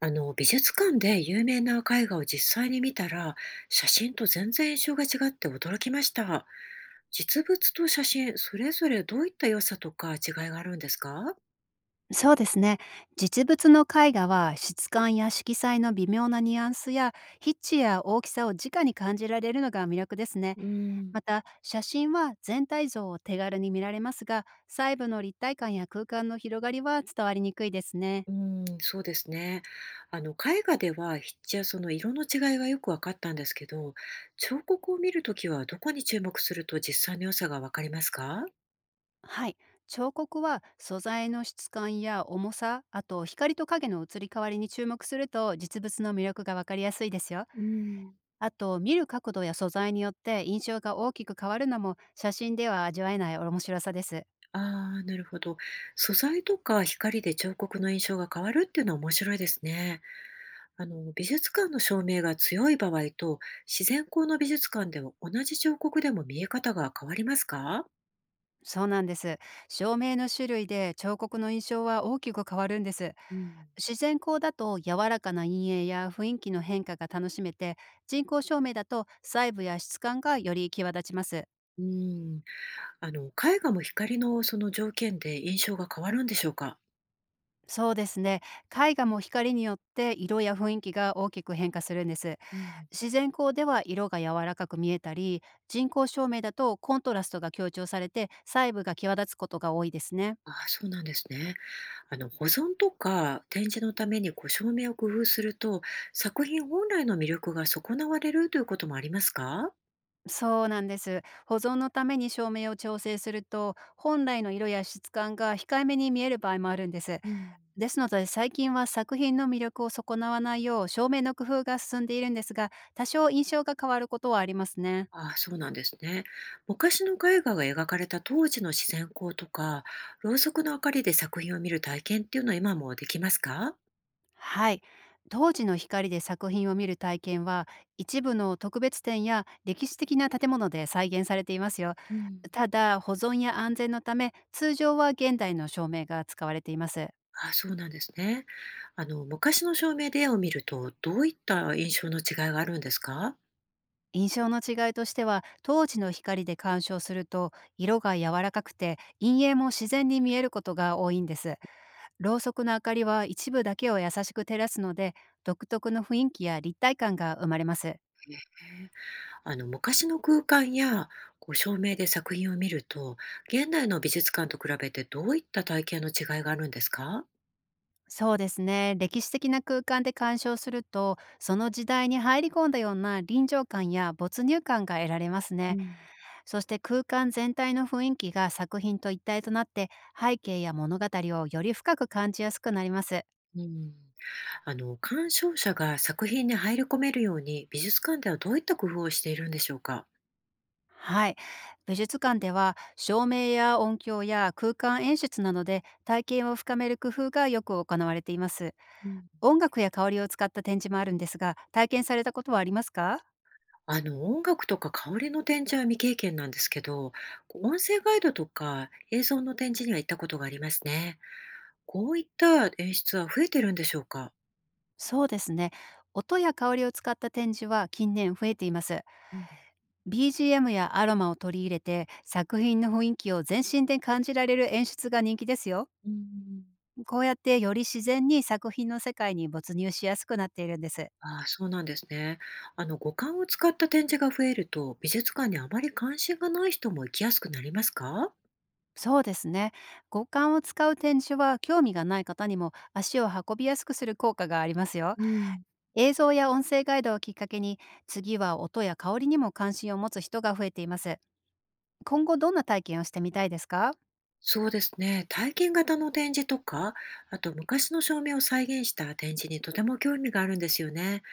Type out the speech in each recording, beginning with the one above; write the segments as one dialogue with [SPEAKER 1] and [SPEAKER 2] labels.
[SPEAKER 1] 美術館で有名な絵画を実際に見たら、写真と全然印象が違って驚きました。実物と写真、それぞれどういった良さとか違いがあるんですか？
[SPEAKER 2] そうですね。実物の絵画は質感や色彩の微妙なニュアンスや筆致や大きさを直に感じられるのが魅力ですね。
[SPEAKER 1] うん、
[SPEAKER 2] また写真は全体像を手軽に見られますが、細部の立体感や空間の広がりは伝わりにくいですね。
[SPEAKER 1] うん、そうですね。絵画では、筆やその色の違いがよく分かったんですけど、彫刻を見るときはどこに注目すると実際の良さが分かりますか？
[SPEAKER 2] はい。彫刻は素材の質感や重さ、あと光と影の移り変わりに注目すると実物の魅力がわかりやすいですよ。
[SPEAKER 1] うん、
[SPEAKER 2] あと、見る角度や素材によって印象が大きく変わるのも写真では味わえない面白さです。
[SPEAKER 1] ああ、なるほど。素材とか光で彫刻の印象が変わるっていうのは面白いですね。美術館の照明が強い場合と、自然光の美術館では同じ彫刻でも見え方が変わりますか？
[SPEAKER 2] そうなんです。照明の種類で彫刻の印象は大きく変わるんです。
[SPEAKER 1] うん、
[SPEAKER 2] 自然光だと柔らかな陰影や雰囲気の変化が楽しめて、人工照明だと細部や質感がより際立ちます。
[SPEAKER 1] うん。絵画も光のその条件で印象が変わるんでしょうか？
[SPEAKER 2] そうですね。絵画も光によって色や雰囲気が大きく変化するんです。
[SPEAKER 1] うん、
[SPEAKER 2] 自然光では色が柔らかく見えたり、人工照明だとコントラストが強調されて細部が際立つことが多いですね。
[SPEAKER 1] ああ、そうなんですね。保存とか展示のためにこう照明を工夫すると、作品本来の魅力が損なわれるということもありますか？
[SPEAKER 2] そうなんです。保存のために照明を調整すると本来の色や質感が控えめに見える場合もあるんです。
[SPEAKER 1] うん。
[SPEAKER 2] ですので、最近は作品の魅力を損なわないよう照明の工夫が進んでいるんですが、多少印象が変わることはありますね。
[SPEAKER 1] ああ、そうなんですね。昔の絵画が描かれた当時の自然光とか、ろうそくの明かりで作品を見る体験っていうのは今もできますか？
[SPEAKER 2] はい。当時の光で作品を見る体験は一部の特別展や歴史的な建物で再現されていますよ。
[SPEAKER 1] うん、
[SPEAKER 2] ただ、保存や安全のため通常は現代の照明が使われています。
[SPEAKER 1] ああ、そうなんですね。昔の照明で絵を見ると、どういった印象の違いがあるんですか？
[SPEAKER 2] 印象の違いとしては、当時の光で鑑賞すると色が柔らかくて陰影も自然に見えることが多いんです。ろうそくの明かりは一部だけを優しく照らすので、独特の雰囲気や立体感が生まれます。
[SPEAKER 1] 昔の空間やこう照明で作品を見ると、現代の美術館と比べてどういった体験の違いがあるんですか？
[SPEAKER 2] そうですね。歴史的な空間で鑑賞すると、その時代に入り込んだような臨場感や没入感が得られます
[SPEAKER 1] う
[SPEAKER 2] ね。
[SPEAKER 1] ん、
[SPEAKER 2] そして空間全体の雰囲気が作品と一体となって、背景や物語をより深く感じやすくなります。
[SPEAKER 1] うん。鑑賞者が作品に入り込めるように、美術館ではどういった工夫をしているんでしょうか？
[SPEAKER 2] はい。美術館では照明や音響や空間演出などで体験を深める工夫がよく行われています。
[SPEAKER 1] うん。
[SPEAKER 2] 音楽や香りを使った展示もあるんですが、体験されたことはありますか？
[SPEAKER 1] 音楽とか香りの展示は未経験なんですけど、こう音声ガイドとか映像の展示には行ったことがありますね。こういった演出は増えてるんでしょうか？
[SPEAKER 2] そうですね。音や香りを使った展示は近年増えています。
[SPEAKER 1] うん。
[SPEAKER 2] BGM やアロマを取り入れて作品の雰囲気を全身で感じられる演出が人気ですよ。
[SPEAKER 1] うん。
[SPEAKER 2] こうやって、より自然に作品の世界に没入しやすくなっているんです。
[SPEAKER 1] ああ、そうなんですね。五感を使った展示が増えると、美術館にあまり関心がない人も行きやすくなりますか？
[SPEAKER 2] そうですね。五感を使う展示は興味がない方にも足を運びやすくする効果がありますよ。
[SPEAKER 1] うん。
[SPEAKER 2] 映像や音声ガイドをきっかけに、次は音や香りにも関心を持つ人が増えています。今後どんな体験をしてみたいですか？
[SPEAKER 1] そうですね。体験型の展示とか、あと昔の照明を再現した展示にとても興味があるんですよね。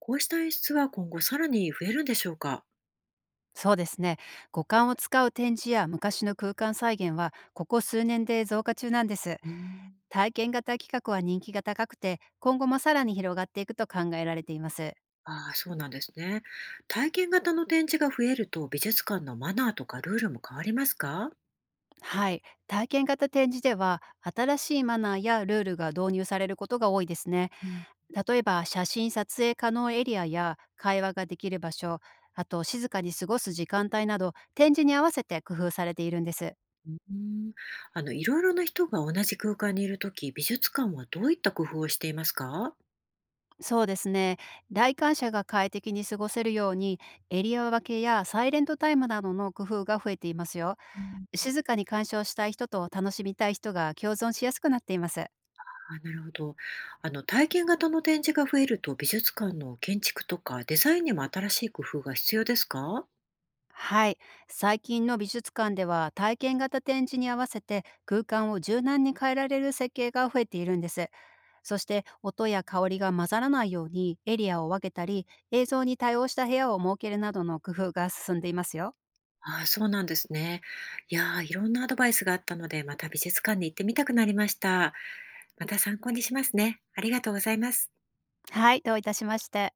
[SPEAKER 1] こうした演出は今後さらに増えるんでしょうか？
[SPEAKER 2] そうですね。五感を使う展示や昔の空間再現は、ここ数年で増加中なんです。
[SPEAKER 1] うーん。
[SPEAKER 2] 体験型企画は人気が高くて、今後もさらに広がっていくと考えられています。
[SPEAKER 1] ああ、そうなんですね。体験型の展示が増えると美術館のマナーとかルールも変わりますか？
[SPEAKER 2] はい。体験型展示では、新しいマナーやルールが導入されることが多いですね。
[SPEAKER 1] うん。
[SPEAKER 2] 例えば、写真撮影可能エリアや会話ができる場所、あと静かに過ごす時間帯など、展示に合わせて工夫されているんです。
[SPEAKER 1] うん。いろいろな人が同じ空間にいるとき、美術館はどういった工夫をしていますか？
[SPEAKER 2] そうですね。来館者が快適に過ごせるように、エリア分けやサイレントタイムなどの工夫が増えていますよ。
[SPEAKER 1] うん。
[SPEAKER 2] 静かに鑑賞したい人と楽しみたい人が共存しやすくなっています。
[SPEAKER 1] あ、なるほど。体験型の展示が増えると、美術館の建築とかデザインにも新しい工夫が必要ですか？
[SPEAKER 2] はい。最近の美術館では体験型展示に合わせて空間を柔軟に変えられる設計が増えているんです。そして、音や香りが混ざらないようにエリアを分けたり、映像に対応した部屋を設けるなどの工夫が進んでいますよ。
[SPEAKER 1] ああ、そうなんですね。いやー、いろんなアドバイスがあったので、また美術館に行ってみたくなりました。また参考にしますね。ありがとうございます。
[SPEAKER 2] はい、どういたしまして。